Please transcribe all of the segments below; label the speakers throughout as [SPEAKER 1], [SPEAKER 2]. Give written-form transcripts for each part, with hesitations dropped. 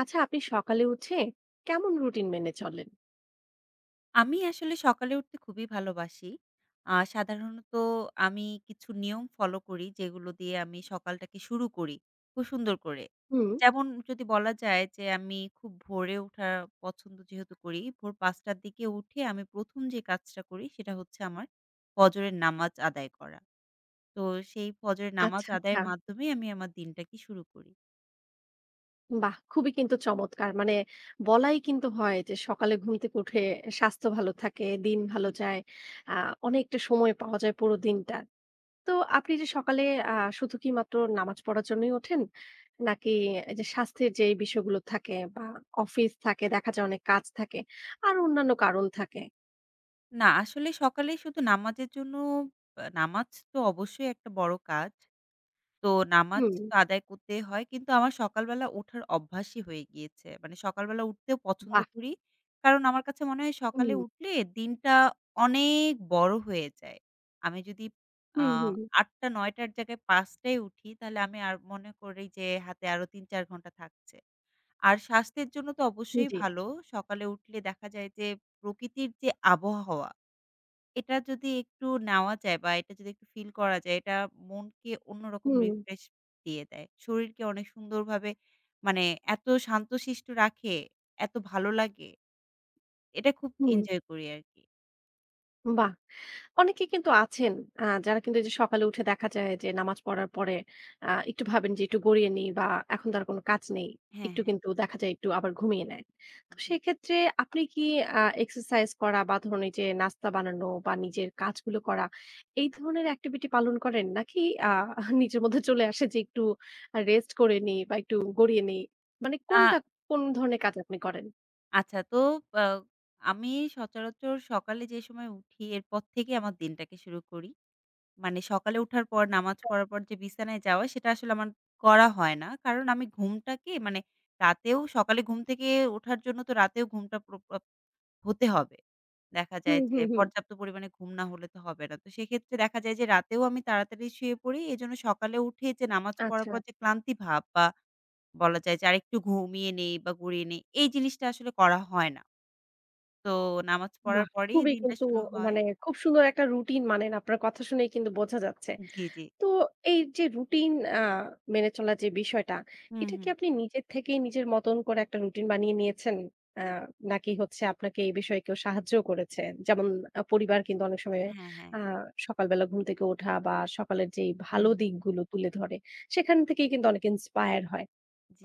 [SPEAKER 1] আচ্ছা, আপনি সকালে উঠে কেমন রুটিন মেনে চলেন?
[SPEAKER 2] আমি আসলে সকালে উঠতে খুবই ভালোবাসি। সাধারণত আমি কিছু নিয়ম ফলো করি, যেগুলো দিয়ে আমি সকালটাকে শুরু করি খুব সুন্দর করে।
[SPEAKER 1] হুম।
[SPEAKER 2] যেমন যদি বলা যায় যে, আমি খুব ভোরে ওঠা পছন্দ যেহেতু করি, ভোর ৫:০০ র দিকে উঠে আমি প্রথম যে কাজটা করি, সেটা হচ্ছে আমার ফজরের নামাজ আদায় করা। তো সেই ফজরের নামাজ
[SPEAKER 1] আচ্ছা, আচ্ছা।
[SPEAKER 2] আদায়ের মাধ্যমেই আমি আমার দিনটাকে শুরু করি।
[SPEAKER 1] বাহ! খুবই কিন্তু চমৎকার। মানে বলাই কিন্তু হয় যে সকালে ঘুম থেকে উঠে স্বাস্থ্য ভালো থাকে, দিন ভালো
[SPEAKER 2] জি।
[SPEAKER 1] যায়। আ অনেকটা সময় পাওয়া যায় পুরো দিনটা। তো আপনি যে সকালে আ শুধু কি মাত্র নামাজ পড়ার জন্যই ওঠেন? নাকি এই যে স্বাস্থ্যের যে এই বিষয়গুলো থাকে বা অফিস থাকে, দেখা যায় অনেক কাজ থাকে, আর অন্যান্য কারণ থাকে?
[SPEAKER 2] না, আসলে সকালে শুধু নামাজের জন্য নামাজ তো অবশ্যই একটা বড় কাজ। তো নামাজ
[SPEAKER 1] হুম।
[SPEAKER 2] তো আদায় করতেই হয়। কিন্তু আমার সকালবেলা ওঠার অভ্যাসই হয়ে গিয়েছে। মানে সকালবেলা উঠতেও পছন্দ
[SPEAKER 1] বাহ!
[SPEAKER 2] করি। কারণ আমার কাছে মনে হয় সকালে
[SPEAKER 1] হুম,
[SPEAKER 2] উঠলে দিনটা অনেক বড় হয়ে যায়। আমি যদি আ
[SPEAKER 1] হুম, হুম।
[SPEAKER 2] ৮:০০-৯:০০ টার জায়গায় ৫ঃ০০ টায় উঠি তাহলে আমি আর মনে করি যে হাতে আরো ৩-৪ ঘন্টা থাকছে। আর স্বাস্থ্যের জন্য তো অবশ্যই
[SPEAKER 1] জি।
[SPEAKER 2] ভালো। সকালে উঠলে দেখা যায় যে প্রকৃতির যে আবহাওয়া এটা যদি একটু নেওয়া যায় বা এটা যদি একটু ফিল করা যায়, এটা মনকে অন্যরকম
[SPEAKER 1] হুম,
[SPEAKER 2] রিফ্রেশ দিয়ে দেয়। শরীরকে অনেক সুন্দরভাবে মানে এত শান্তশিষ্ট রাখে, এত ভালো লাগে। এটা খুব
[SPEAKER 1] হুম।
[SPEAKER 2] এনজয় করি আরকি।
[SPEAKER 1] বাহ! অনেকে কিন্তু আছেন যারা কিন্তু এই যে সকালে উঠে দেখা যায় যে নামাজ পড়ার পরে একটু ভাবেন যে একটু গড়িয়ে নিই বা এখন তো আর কোনো কাজ নেই।
[SPEAKER 2] হ্যাঁ,
[SPEAKER 1] একটু
[SPEAKER 2] হ্যাঁ।
[SPEAKER 1] কিন্তু দেখা যায় একটু আবার ঘুমিয়ে নেয়। তো
[SPEAKER 2] জি।
[SPEAKER 1] সেক্ষেত্রে আপনি কি এক্সারসাইজ করা বা ধরুন এই যে নাস্তা বানানো বা নিজের কাজগুলো করা এই ধরনের অ্যাক্টিভিটি পালন করেন? নাকি আ নিজের মধ্যে চলে আসে যে একটু রেস্ট করে নিই বা একটু গড়িয়ে নিই? মানে
[SPEAKER 2] আ
[SPEAKER 1] কোনটা কোন ধরনের কাজ আপনি করেন?
[SPEAKER 2] আচ্ছা তো আ আমি সচরাচর সকালে যে সময় উঠি এরপর থেকে আমার দিনটাকে শুরু করি। মানে সকালে উঠার পর নামাজ পড়ার পর যে বিছানায় যাওয়া সেটা আসলে আমার করা হয় না। কারণ আমি ঘুমটাকে মানে রাতেও সকালে ঘুম থেকে ওঠার জন্য তো রাতেও ঘুমটা পুরো হতে হবে। দেখা
[SPEAKER 1] হুম,
[SPEAKER 2] যায় যে
[SPEAKER 1] হুম, হুম।
[SPEAKER 2] পর্যাপ্ত পরিমাণে ঘুম না হলে তো হবে না। তো সেক্ষেত্রে দেখা যায় যে রাতেও আমি তাড়াতাড়ি শুয়ে পড়ি। এজন্য সকালে উঠে যে নামাজ পড়ার
[SPEAKER 1] আচ্ছা।
[SPEAKER 2] পর যে ক্লান্তি ভাব বা বলা যায় যে আরেকটু ঘুমিয়ে নেই বা গড়িয়ে নেই এই জিনিসটা আসলে করা হয় না। তো নামাজ পড়ার
[SPEAKER 1] বাহ!
[SPEAKER 2] পরেই
[SPEAKER 1] খুবই
[SPEAKER 2] দিনটা
[SPEAKER 1] কিন্তু
[SPEAKER 2] শুরু হয়।
[SPEAKER 1] মানে খুব সুন্দর একটা রুটিন মানেন আপনার কথা শুনেই কিন্তু বোঝা যাচ্ছে।
[SPEAKER 2] জি, জি।
[SPEAKER 1] তো এই যে রুটিন আ মেনে চলার যে বিষয়টা,
[SPEAKER 2] হুম,
[SPEAKER 1] এটা কি
[SPEAKER 2] হুম।
[SPEAKER 1] আপনি নিজের থেকেই নিজের মতন করে একটা রুটিন বানিয়ে নিয়েছেন? আ নাকি হচ্ছে আপনাকে এই বিষয়ে কেউ সাহায্যও করেছে? যেমন পরিবার কিন্তু অনেক সময়
[SPEAKER 2] হ্যাঁ, হ্যাঁ।
[SPEAKER 1] আ সকালবেলা ঘুম থেকে ওঠা বা সকালের যেই
[SPEAKER 2] হুম,
[SPEAKER 1] ভালো
[SPEAKER 2] হুম।
[SPEAKER 1] দিকগুলো তুলে ধরে, সেখান থেকেই কিন্তু অনেকে ইন্সপায়ার হয়।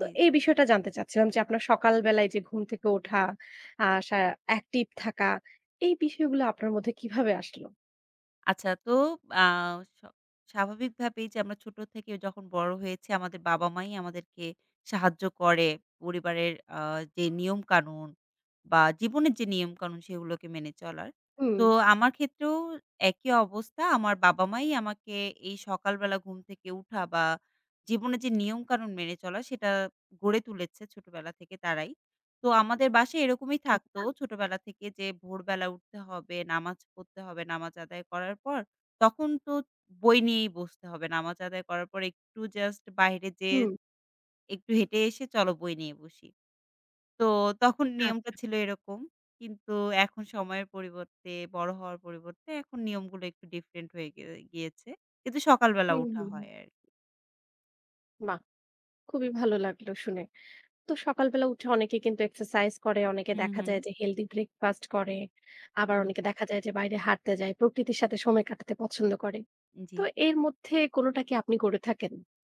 [SPEAKER 1] তো
[SPEAKER 2] জি।
[SPEAKER 1] এই বিষয়টা জানতে চাচ্ছিলাম যে আপনার সকাল বেলায় যে ঘুম থেকে ওঠা, আ সা অ্যাক্টিভ থাকা এই বিষয়গুলো আপনার মধ্যে কিভাবে আসলো?
[SPEAKER 2] আচ্ছা তো আ স স্বাভাবিকভাবেই যে আমরা ছোট থেকে যখন বড় হয়েছি আমাদের বাবা-মাই আমাদেরকে সাহায্য করে পরিবারের যে নিয়ম-কানুন বা জীবনের যে নিয়ম-কানুন সেগুলোকে মেনে চলার।
[SPEAKER 1] হুম,
[SPEAKER 2] তো আমার ক্ষেত্রেও একই অবস্থা। আমার বাবা-মাই আমাকে এই সকালবেলা ঘুম থেকে উঠা বা জীবনের যে নিয়ম-কানুন মেনে চলা সেটা গড়ে তুলেছে ছোটবেলা থেকে তারাই। তো আমাদের বাসায় এরকমই থাকতো ছোটবেলা থেকে যে ভোরবেলা উঠতে হবে, নামাজ পড়তে হবে। নামাজ আদায় করার পর তখন তো বই নিয়েই বসতে হবে। নামাজ আদায় করার পর একটু জাস্ট বাইরে যেয়ে
[SPEAKER 1] হুম।
[SPEAKER 2] একটু হেঁটে এসে চলো বই নিয়ে বসি। তো তখন নিয়মটা
[SPEAKER 1] আচ্ছা।
[SPEAKER 2] ছিল এরকম। কিন্তু এখন সময়ের পরিবর্তে, বড় হওয়ার পরিবর্তে এখন নিয়মগুলো একটু ডিফারেন্ট হয়ে গিয়েছে। কিন্তু সকালবেলা
[SPEAKER 1] হুম,
[SPEAKER 2] ওঠা
[SPEAKER 1] হুম,
[SPEAKER 2] হয়
[SPEAKER 1] হুম।
[SPEAKER 2] আরকি।
[SPEAKER 1] বাহ! খুবই ভালো লাগলো শুনে। তো সকালবেলা উঠে অনেকে কিন্তু এক্সারসাইজ করে, অনেকে
[SPEAKER 2] হুম,
[SPEAKER 1] দেখা
[SPEAKER 2] হুম,
[SPEAKER 1] যায় যে হেলথি ব্রেকফাস্ট করে। আবার
[SPEAKER 2] হুম।
[SPEAKER 1] অনেকে দেখা যায় যে বাইরে হাঁটতে যায়, প্রকৃতির সাথে সময় কাটাতে পছন্দ করে।
[SPEAKER 2] জি।
[SPEAKER 1] তো এর মধ্যে কোনটা কি আপনি করে থাকেন?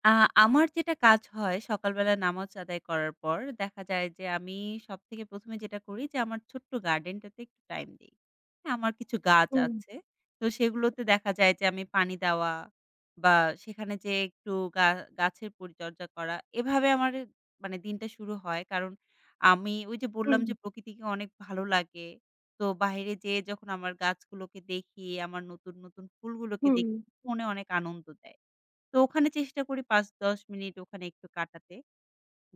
[SPEAKER 2] আ আমার যেটা কাজ হয় সকালবেলা নামাজ আদায় করার পর দেখা যায় যে আমি সবথেকে প্রথম এ যেটা করি যে আমার ছোট্ট গার্ডেনটাতে একটু টাইম দেই। হ্যাঁ, আমার কিছু গাছ
[SPEAKER 1] হুম,
[SPEAKER 2] আছে। তো সেগুলোতে দেখা যায় যে আমি পানি দেওয়া বা সেখানে যেয়ে একটু গা গাছের পরিচর্যা করা। এভাবে আমার মানে দিনটা শুরু হয়। কারণ আমি ওই যে বললাম
[SPEAKER 1] হুম,
[SPEAKER 2] যে প্রকৃতিকে অনেক ভালো লাগে। তো বাইরে যেয়ে যখন আমার গাছগুলোকে দেখি, আমার নতুন, নতুন ফুলগুলোকে
[SPEAKER 1] হুম,
[SPEAKER 2] দেখি
[SPEAKER 1] হুম।
[SPEAKER 2] মনে অনেক আনন্দ দেয়। তো ওখানে চেষ্টা করি ৫-১০ মিনিট ওখানে একটু কাটাতে।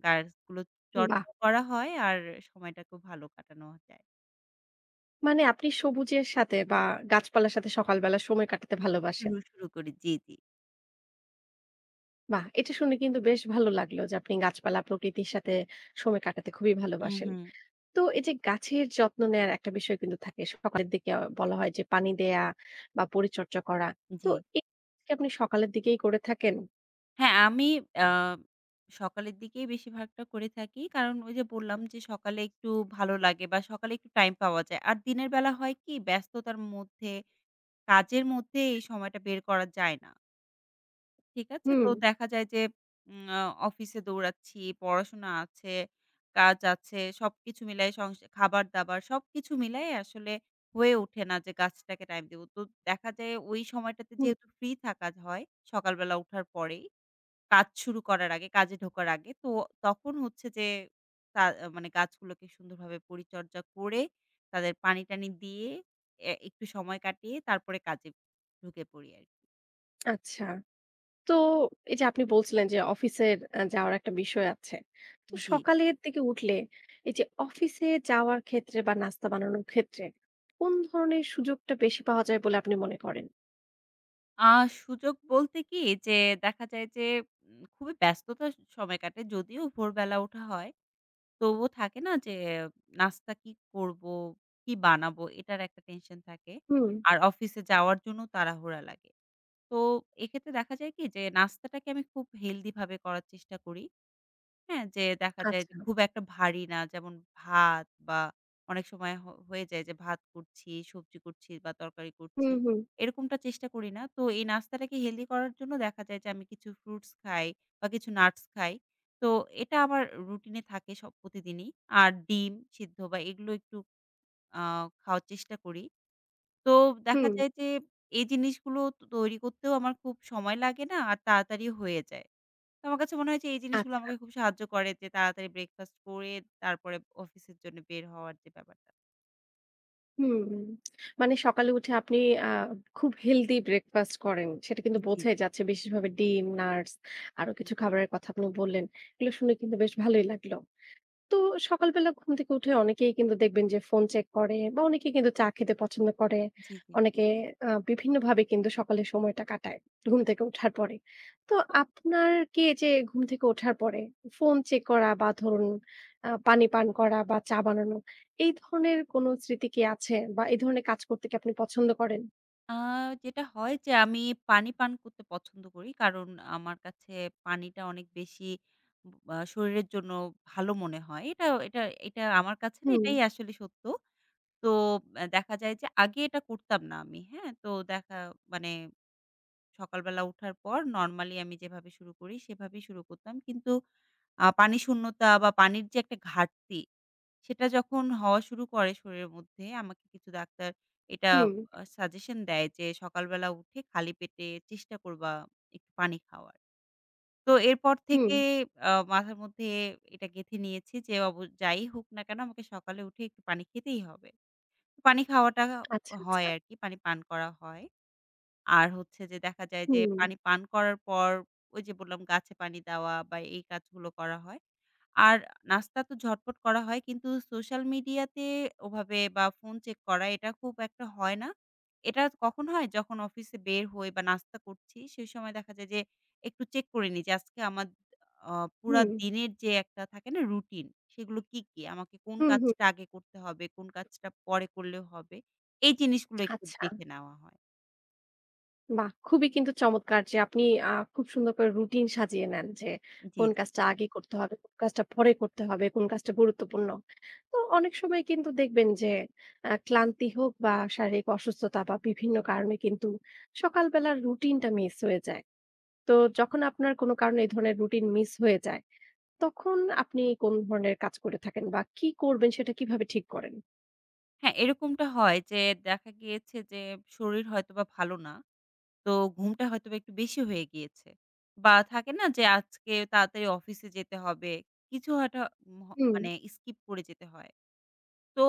[SPEAKER 2] গার্লস গুলো
[SPEAKER 1] বাহ!
[SPEAKER 2] চর্চাও করা হয় আর সময়টাকেও ভালো কাটানো যায়।
[SPEAKER 1] মানে আপনি সবুজের সাথে বা গাছপালার সাথে সকালবেলা সময় কাটাতে ভালোবাসেন।
[SPEAKER 2] শুরু করি। জি, জি।
[SPEAKER 1] বাহ! এটা শুনে কিন্তু বেশ ভালো লাগলো যে আপনি গাছপালা, প্রকৃতির সাথে সময় কাটাতে খুবই
[SPEAKER 2] হুম,
[SPEAKER 1] ভালোবাসেন।
[SPEAKER 2] হুম।
[SPEAKER 1] তো এই যে গাছের যত্ন নেয়ার একটা বিষয় কিন্তু থাকে। সকালের দিকে বলা হয় যে পানি দেয়া বা পরিচর্যা করা। তো
[SPEAKER 2] জি।
[SPEAKER 1] এই কি আপনি সকালের দিকেই করে থাকেন?
[SPEAKER 2] হ্যাঁ, আমি আ সকালের দিকেই বেশিরভাগটা করে থাকি। কারণ ওই যে বললাম যে সকালে একটু ভালো লাগে বা সকালে একটু টাইম পাওয়া যায়। আর দিনের বেলা হয় কি ব্যস্ততার মধ্যে কাজের মধ্যে এই সময়টা বের করা যায় না। ঠিক আছে। তো
[SPEAKER 1] হুম,
[SPEAKER 2] দেখা যায় যে উম আ অফিসে দৌড়াচ্ছি, পড়াশোনা আছে, কাজ আছে। সবকিছু মিলায়ে খাবার-দাবার সবকিছু মিলায়ে আসলে হয়ে ওঠে না যে গাছটাকে টাইম দিব। তো দেখা যায় ওই সময়টাতে
[SPEAKER 1] হুম,
[SPEAKER 2] যেহেতু ফ্রি থাকা হয় সকালবেলা ওঠার পরেই, কাজ শুরু করার আগে, কাজে ঢোকার আগে। তো তখন হচ্ছে যে তা মানে গাছগুলোকে সুন্দরভাবে পরিচর্যা করে তাদের পানি-টানি দিয়ে এ একটু সময় কাটিয়ে তারপরে কাজে ঢুকে পড়ি আরকি।
[SPEAKER 1] আচ্ছা। তো এই যে আপনি বলছিলেন যে অফিসের যাওয়ার একটা বিষয় আছে। তো
[SPEAKER 2] জি।
[SPEAKER 1] সকালের দিকে উঠলে এই যে অফিসে যাওয়ার ক্ষেত্রে বা নাস্তা বানানোর ক্ষেত্রে কোন ধরনের সুযোগটা বেশি পাওয়া যায় বলে আপনি মনে করেন?
[SPEAKER 2] আ সুযোগ বলতে কি যে দেখা যায় যে খুবই ব্যস্ততার সময় কাটে। যদিও ভোরবেলা ওঠা হয়। তবুও থাকে না যে নাস্তা কি করব, কি বানাবো এটার একটা টেনশন থাকে।
[SPEAKER 1] হুম।
[SPEAKER 2] আর অফিসে যাওয়ার জন্য তাড়াহুড়া লাগে। তো এক্ষেত্রে দেখা যায় কি যে নাস্তাটাকে আমি খুব হেলদি ভাবে করার চেষ্টা করি। হ্যাঁ, যে দেখা যায় যে
[SPEAKER 1] আচ্ছা।
[SPEAKER 2] খুব একটা ভারী না। যেমন ভাত বা অনেক সময় হয়ে যায় যে ভাত করছি, সবজি করছি বা তরকারি করছি।
[SPEAKER 1] হুম, হুম,
[SPEAKER 2] এরকমটা চেষ্টা করি না। তো এই নাস্তাটাকে হেলদি করার জন্য দেখা যায় যে আমি কিছু ফ্রুটস খাই বা কিছু নাটস খাই। তো এটা আমার রুটিনে থাকে সব প্রতিদিনই। আর ডিম সিদ্ধ বা এগুলো একটু আ খাওয়ার চেষ্টা করি। তো দেখা
[SPEAKER 1] হুম।
[SPEAKER 2] যায় যে এই জিনিসগুলো তৈরি করতেও আমার খুব সময় লাগে না আর তাড়াতাড়ি হয়ে যায়। তো আমার কাছে মনে হয়েছে এই জিনিসগুলো
[SPEAKER 1] আচ্ছা।
[SPEAKER 2] আমাকে খুব সাহায্য করে যে তাড়াতাড়ি ব্রেকফাস্ট করে তারপরে অফিসের জন্য বের হওয়ার যে ব্যাপারটা।
[SPEAKER 1] হুম। মানে সকালে উঠে আপনি আ খুব হেলদি ব্রেকফাস্ট করেন। সেটা কিন্তু
[SPEAKER 2] জি,
[SPEAKER 1] বোঝাই
[SPEAKER 2] জি।
[SPEAKER 1] যাচ্ছে। বিশেষভাবে ডিম, নাটস আরো
[SPEAKER 2] হ্যাঁ,
[SPEAKER 1] কিছু খাবারের কথা আপনি বললেন। এগুলো শুনে কিন্তু বেশ ভালোই লাগলো। তো সকালবেলা ঘুম থেকে উঠে অনেকেই কিন্তু দেখবেন যে ফোন চেক করে বা অনেকে কিন্তু চা খেতে পছন্দ করে।
[SPEAKER 2] জি, জি।
[SPEAKER 1] অনেকে বিভিন্নভাবে কিন্তু সকালের সময়টা কাটায় ঘুম থেকে ওঠার পরে। তো আপনার কি এই যে ঘুম থেকে ওঠার পরে ফোন চেক করা বা ধরুন পানি পান করা বা চা বানানো এই ধরনের কোনো স্মৃতি কি আছে? বা এই ধরনের কাজ করতে কি আপনি পছন্দ করেন?
[SPEAKER 2] আ যেটা হয় যে আমি পানি পান করতে পছন্দ করি। কারণ আমার কাছে পানিটা অনেক বেশি শরীরের জন্য ভালো মনে হয়। এটা এটা এটা আমার কাছে না
[SPEAKER 1] হুম,
[SPEAKER 2] এটাই আসলে সত্য। তো দেখা যায় যে আগে এটা করতাম না আমি, হ্যাঁ? তো দেখা মানে সকালবেলা উঠার পর নরমালি আমি যেভাবে শুরু করি সেভাবেই শুরু করতাম। কিন্তু পানি শূন্যতা বা পানির যে একটা ঘাটতি, সেটা যখন হওয়া শুরু করে শরীরের মধ্যে আমাকে কিছু ডাক্তার এটা
[SPEAKER 1] হুম,
[SPEAKER 2] সাজেশন দেয় যে সকালবেলা উঠে খালি পেটে চেষ্টা করবা একটু পানি খাওয়ার। তো এরপর
[SPEAKER 1] হুম।
[SPEAKER 2] থেকে মাথার মধ্যে এটা গেঁথে নিয়েছি যে যাই হোক না কেন আমাকে সকালে উঠে একটু পানি খেতেই হবে। পানি খাওয়াটা
[SPEAKER 1] আচ্ছা,
[SPEAKER 2] হয়
[SPEAKER 1] আচ্ছা।
[SPEAKER 2] আরকি, পানি পান করা হয়। আর হচ্ছে যে দেখা যায় যে
[SPEAKER 1] হুম,
[SPEAKER 2] পানি পান করার পর ওই যে বললাম গাছে পানি দেওয়া বা এই কাজগুলো করা হয়। আর নাস্তা তো ঝটপট করা হয় কিন্তু সোশ্যাল মিডিয়াতে ওভাবে বা ফোন চেক করা এটা খুব একটা হয় না। এটা কখন হয়? যখন অফিসে বের হই বা নাস্তা করছি সেই সময় দেখা যায় যে একটু চেক করে নিই যে আজকে আমার আ পুরা
[SPEAKER 1] হুম,
[SPEAKER 2] দিনের যে একটা থাকে না রুটিন সেগুলো কি, কি? আমাকে কোন
[SPEAKER 1] হুম, হুম।
[SPEAKER 2] কাজটা আগে করতে হবে, কোন কাজটা পরে করলে হবে? এই জিনিসগুলো একটু
[SPEAKER 1] আচ্ছা।
[SPEAKER 2] দেখে নেওয়া হয়।
[SPEAKER 1] বাহ! খুবই কিন্তু চমৎকার যে আপনি খুব সুন্দর করে রুটিন সাজিয়ে নেন যে
[SPEAKER 2] জি,
[SPEAKER 1] কোন
[SPEAKER 2] জি।
[SPEAKER 1] কাজটা আগে করতে হবে, কোন কাজটা পরে করতে হবে, কোন কাজটা গুরুত্বপূর্ণ। তো অনেক সময় কিন্তু দেখবেন যে ক্লান্তি হোক বা শারীরিক অসুস্থতা বা বিভিন্ন কারণে কিন্তু সকালবেলার রুটিনটা মিস হয়ে যায়। তো যখন আপনার কোনো কারণে এই ধরনের রুটিন মিস হয়ে যায়, তখন আপনি কোন ধরনের কাজ করে থাকেন বা কি করবেন সেটা কিভাবে ঠিক করেন?
[SPEAKER 2] হ্যাঁ, এরকমটা হয় যে দেখা গিয়েছে যে শরীর হয়তোবা ভালো না। তো ঘুমটা হয়তোবা একটু বেশি হয়ে গিয়েছে। বা থাকে না যে আজকে তাড়াতাড়ি অফিসে যেতে হবে। কিছু হয়তো ম
[SPEAKER 1] হুম,
[SPEAKER 2] মানে স্কিপ করে যেতে হয়। তো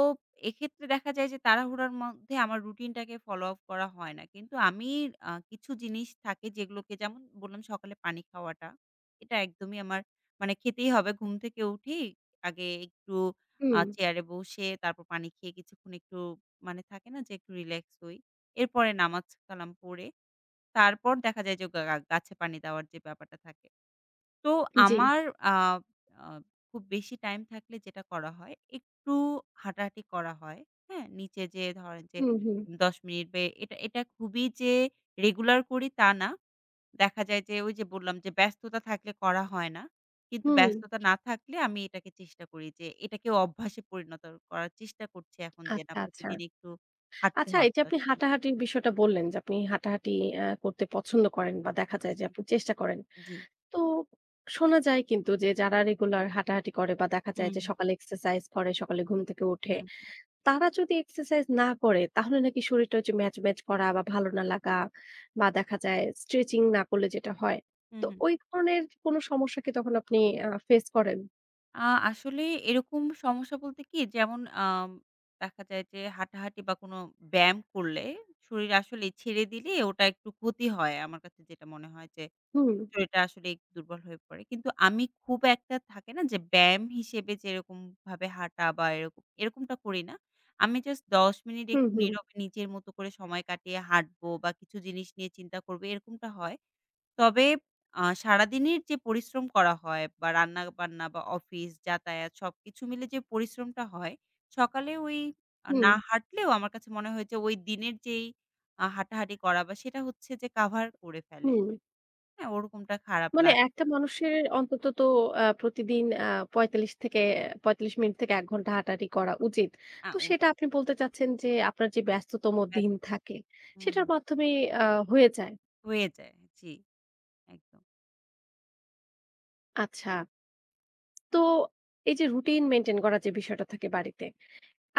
[SPEAKER 2] এক্ষেত্রে দেখা যায় যে তাড়াহুড়ার মধ্যে আমার রুটিনটাকে ফলো আপ করা হয় না। কিন্তু আমি কিছু জিনিস থাকে যেগুলোকে যেমন বললাম সকালে পানি খাওয়াটা। এটা একদমই আমার মানে খেতেই হবে। ঘুম থেকে উঠেই আগে একটু
[SPEAKER 1] হুম।
[SPEAKER 2] চেয়ারে বসে তারপর পানি খেয়ে কিছুক্ষণ একটু মানে থাকে না যে একটু রিল্যাক্স হই। এরপরে নামাজ কালাম পড়ে তারপর দেখা যায় যে গাছে পানি দেওয়ার যে ব্যাপারটা থাকে। তো
[SPEAKER 1] জি।
[SPEAKER 2] আমার আ আ খুব বেশি টাইম থাকলে যেটা করা হয়, একটু হাঁটাহাঁটি করা হয়। হ্যাঁ? নিচে যেয়ে ধরেন যে
[SPEAKER 1] হুম, হুম।
[SPEAKER 2] ১০ মিনিট এটা এটা খুবই যে রেগুলার করি তা না। দেখা যায় যে ওই যে বললাম যে ব্যস্ততা থাকলে করা হয় না। কিন্তু
[SPEAKER 1] হুম।
[SPEAKER 2] ব্যস্ততা না থাকলে আমি এটাকে চেষ্টা করি যে এটাকেও অভ্যাসে পরিণত করার চেষ্টা করছি এখন যে না
[SPEAKER 1] আচ্ছা, আচ্ছা।
[SPEAKER 2] প্রতিদিন একটু হাঁটতে
[SPEAKER 1] আচ্ছা এই
[SPEAKER 2] হবে
[SPEAKER 1] যে
[SPEAKER 2] ১০
[SPEAKER 1] আপনি
[SPEAKER 2] মিনিট।
[SPEAKER 1] হাঁটাহাঁটির বিষয়টা বললেন যে আপনি হাঁটাহাঁটি করতে পছন্দ করেন বা দেখা
[SPEAKER 2] জি,
[SPEAKER 1] যায় যে
[SPEAKER 2] জি।
[SPEAKER 1] আপনি চেষ্টা করেন।
[SPEAKER 2] জি।
[SPEAKER 1] তো শোনা যায় কিন্তু যে যারা রেগুলার হাঁটাহাঁটি করে বা দেখা যায়
[SPEAKER 2] হুম,
[SPEAKER 1] যে
[SPEAKER 2] হুম,
[SPEAKER 1] সকালে এক্সারসাইজ করে, সকালে ঘুম থেকে উঠে,
[SPEAKER 2] হুম,
[SPEAKER 1] তারা যদি এক্সারসাইজ না করে তাহলে নাকি শরীরটা ওই যে ম্যাজ, ম্যাজ করা বা ভালো না লাগা বা দেখা যায় স্ট্রেচিং না করলে যেটা হয়।
[SPEAKER 2] হুম,
[SPEAKER 1] তো
[SPEAKER 2] হুম।
[SPEAKER 1] ওই ধরনের কোনো সমস্যা কি তখন আপনি ফেস করেন?
[SPEAKER 2] আ আসলে এরকম সমস্যা বলতে কি যেমন দেখা যায় যে হাঁটাহাঁটি বা কোনো ব্যায়াম করলে শরীর আসলেই ছেড়ে দিলে ওটা একটু ক্ষতি হয়। আমার কাছে যেটা মনে হয় যে
[SPEAKER 1] হুম,
[SPEAKER 2] শরীরটা আসলে একটু দুর্বল হয়ে পড়ে। কিন্তু আমি খুব একটা থাকে না যে ব্যায়াম হিসেবে যেরকমভাবে হাঁটা বা এরকম, এরকমটা করি না। আমি জাস্ট ১০ মিনিট
[SPEAKER 1] হুম,
[SPEAKER 2] একটু
[SPEAKER 1] হুম,
[SPEAKER 2] নীরবে নিজের মতো করে সময় কাটিয়ে হাঁটবো বা কিছু জিনিস নিয়ে চিন্তা করব এরকমটা হয়। তবে সারাদিনের যে পরিশ্রম করা হয় বা রান্না-বান্না বা অফিস, যাতায়াত সবকিছু মিলে যে পরিশ্রমটা হয়, সকালে ওই
[SPEAKER 1] হুম,
[SPEAKER 2] না হাঁটলেও আমার কাছে মনে হয় যে ওই দিনের যেই হাঁটাহাঁটি করা বা সেটা হচ্ছে যে কাভার করে ফেলে।
[SPEAKER 1] হুম।
[SPEAKER 2] হ্যাঁ, ওরকমটা খারাপ
[SPEAKER 1] মানে
[SPEAKER 2] লাগে
[SPEAKER 1] একটা
[SPEAKER 2] না।
[SPEAKER 1] মানুষের অন্তত তো প্রতিদিন ৪৫ থেকে ৪৫ মিনিট থেকে ১ ঘন্টা হাঁটাহাঁটি করা উচিত। তো সেটা
[SPEAKER 2] উচিত।
[SPEAKER 1] আপনি বলতে চাচ্ছেন যে আপনার যে ব্যস্ততম
[SPEAKER 2] ব্যাস
[SPEAKER 1] দিন থাকে
[SPEAKER 2] হুম,
[SPEAKER 1] সেটার
[SPEAKER 2] হুম।
[SPEAKER 1] মাধ্যমে আ হয়ে যায়।
[SPEAKER 2] হয়ে যায়। জি, একদম।
[SPEAKER 1] আচ্ছা। তো এই যে রুটিন মেইনটেইন করার যে বিষয়টা থাকে বাড়িতে,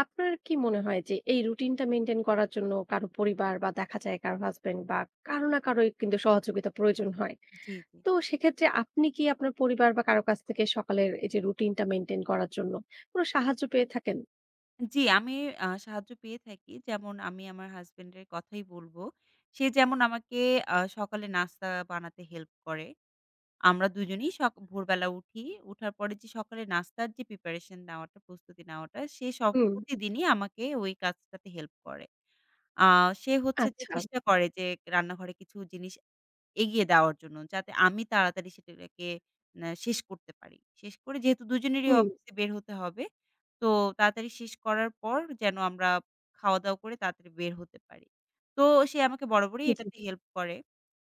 [SPEAKER 1] আপনার কি মনে হয় যে এই রুটিনটা মেইনটেইন করার জন্য কারো পরিবার বা দেখা যায় কারো হাসব্যান্ড বা কারো না কারো কিন্তু সহযোগিতা প্রয়োজন হয়।
[SPEAKER 2] জি, জি।
[SPEAKER 1] তো সেক্ষেত্রে আপনি কি আপনার পরিবার বা কারো কাছ থেকে সকালের এই যে রুটিনটা মেইনটেইন করার জন্য কোনো সাহায্য পেয়ে থাকেন?
[SPEAKER 2] জি, আমি সাহায্য পেয়ে থাকি। যেমন আমি আমার হাসব্যান্ডের কথাই বলব। সে যেমন আমাকে সকালে নাস্তা বানাতে হেল্প করে। আমরা দুজনেই ভোরবেলা উঠি। উঠার পরে যে সকালে নাস্তার যে প্রিপারেশন নেওয়াটা, প্রস্তুতি নেওয়াটা, সে সব
[SPEAKER 1] হুম।
[SPEAKER 2] প্রতিদিনই আমাকে ওই কাজটাতে হেল্প করে। আ সে হচ্ছে যে
[SPEAKER 1] আচ্ছা।
[SPEAKER 2] চেষ্টা করে যে রান্নাঘরে কিছু জিনিস এগিয়ে দেওয়ার জন্য, যাতে আমি তাড়াতাড়ি সেটাকে শেষ করতে পারি। শেষ করে যেহেতু দুজনেরই
[SPEAKER 1] হুম,
[SPEAKER 2] অফিসে বের হতে হবে, তো তাড়াতাড়ি শেষ করার পর যেন আমরা খাওয়া-দাওয়া করে তাড়াতাড়ি বের হতে পারি। তো সে আমাকে বরাবরই
[SPEAKER 1] জি,
[SPEAKER 2] এটাতে হেল্প করে।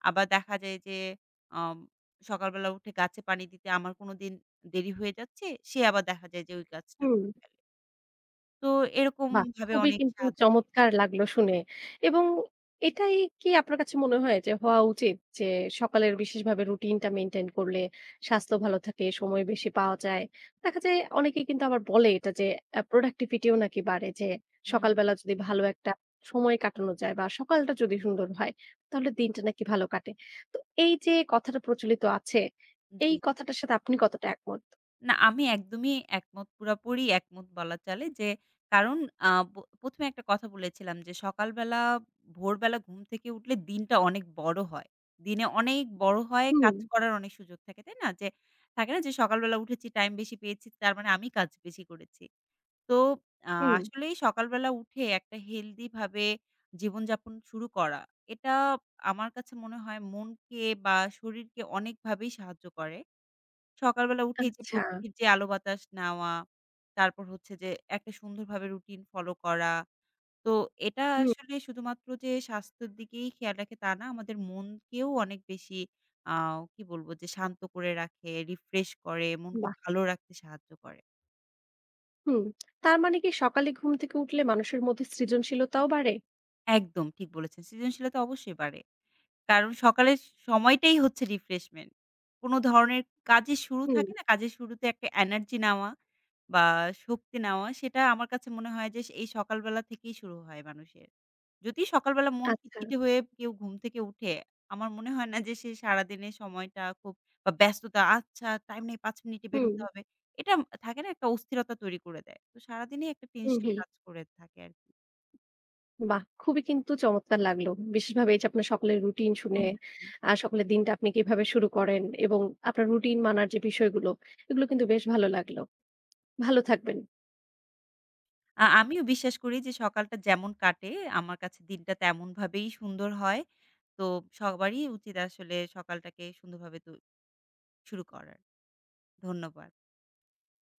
[SPEAKER 2] আবার দেখা যায় যে আম সকালবেলা উঠে গাছে পানি দিতে আমার কোনোদিন দেরি হয়ে যাচ্ছে, সে আবার দেখা যায় যে ওই গাছটা
[SPEAKER 1] হুম।
[SPEAKER 2] করে ফেলে। তো
[SPEAKER 1] বাহ!
[SPEAKER 2] এরকমভাবে
[SPEAKER 1] খুবই
[SPEAKER 2] অনেক
[SPEAKER 1] কিন্তু
[SPEAKER 2] সাহায্য পেয়ে থাকি।
[SPEAKER 1] চমৎকার লাগলো শুনে। এবং এটাই কি আপনার কাছে মনে হয় যে হওয়া উচিত যে সকালের বিশেষভাবে রুটিনটা মেইনটেইন করলে স্বাস্থ্য ভালো থাকে, সময় বেশি পাওয়া যায়। দেখা যায় অনেকেই কিন্তু আবার বলে এটা যে প্রোডাক্টিভিটিও নাকি বাড়ে যে
[SPEAKER 2] হুম,
[SPEAKER 1] সকালবেলা যদি ভালো একটা সময় কাটানো যায় বা সকালটা যদি সুন্দর হয় তাহলে দিনটা নাকি ভালো কাটে। তো এই যে কথাটা প্রচলিত আছে,
[SPEAKER 2] জি।
[SPEAKER 1] এই কথাটার সাথে আপনি কতটা একমত?
[SPEAKER 2] না আমি একদমই একমত, পুরাপুরি একমত বলা চলে যে কারণ আ ব প্রথম এ একটা কথা বলেছিলাম যে সকালবেলা ভোরবেলা ঘুম থেকে উঠলে দিনটা অনেক বড় হয়। দিনে অনেক বড় হয়,
[SPEAKER 1] হুম।
[SPEAKER 2] কাজ করার অনেক সুযোগ থাকে, তাই না? যে থাকে না যে সকালবেলা উঠেছি টাইম বেশি পেয়েছি তার মানে আমি কাজ বেশি করেছি। তো আ
[SPEAKER 1] হুম,
[SPEAKER 2] আসলেই সকালবেলা উঠে একটা হেলথি ভাবে জীবনযাপন শুরু করা, এটা আমার কাছে মনে হয় মনকে বা শরীরকে অনেকভাবেই সাহায্য করে। সকালবেলা উঠেই যে
[SPEAKER 1] আচ্ছা।
[SPEAKER 2] প্রকৃতির যে আলো বাতাস নেওয়া, তারপর হচ্ছে যে একটা সুন্দরভাবে রুটিন ফলো করা। তো এটা
[SPEAKER 1] হুম,
[SPEAKER 2] আসলে শুধুমাত্র যে স্বাস্থ্যের দিকেই খেয়াল রাখে তা না, আমাদের মনকেও অনেক বেশি আ কি বলবো যে শান্ত করে রাখে, রিফ্রেশ করে, মনকে
[SPEAKER 1] বাহ!
[SPEAKER 2] ভালো রাখতে সাহায্য করে।
[SPEAKER 1] হুম, তার মানে কি সকালে ঘুম থেকে উঠলে মানুষের মধ্যে সৃজনশীলতাও বাড়ে?
[SPEAKER 2] একদম ঠিক বলেছেন। সৃজনশীলতা অবশ্যই বাড়ে। কারণ সকালের সময়টাই হচ্ছে রিফ্রেশমেন্ট। কোন ধরনের কাজের শুরু
[SPEAKER 1] হুম,
[SPEAKER 2] থাকে না? কাজের শুরুতে একটা এনার্জি নেওয়া বা শক্তি নেওয়া সেটা আমার কাছে মনে হয় যে এই সকালবেলা থেকেই শুরু হয় মানুষের। যদি সকালবেলা মন
[SPEAKER 1] আচ্ছা।
[SPEAKER 2] খিটখিটে হয়ে কেউ ঘুম থেকে উঠে, আমার মনে হয় না যে সে সারাদিনের সময়টা খুব বা ব্যস্ততা, আচ্ছা টাইম নেই ৫ মিনিটে বের
[SPEAKER 1] হুম,
[SPEAKER 2] হতে হবে। এটা থাকে না একটা অস্থিরতা তৈরি করে দেয়। তো সারাদিনই একটা
[SPEAKER 1] হুম,
[SPEAKER 2] টেনশন
[SPEAKER 1] হুম।
[SPEAKER 2] কাজ করে থাকে আরকি।
[SPEAKER 1] বাহ! খুবই কিন্তু চমৎকার লাগলো। বিশেষভাবে এই যে আপনার সকালের রুটিন শুনে,
[SPEAKER 2] হুম।
[SPEAKER 1] সকালের দিনটা আপনি কিভাবে শুরু করেন এবং আপনার রুটিন মানার যে বিষয়গুলো, এগুলো কিন্তু বেশ ভালো লাগলো। ভালো থাকবেন।
[SPEAKER 2] আমিও বিশ্বাস করি যে সকালটা যেমন কাটে আমার কাছে দিনটা তেমনভাবেই সুন্দর হয়। তো সবারই উচিত আসলে সকালটাকে সুন্দরভাবে তো শুরু করার। ধন্যবাদ।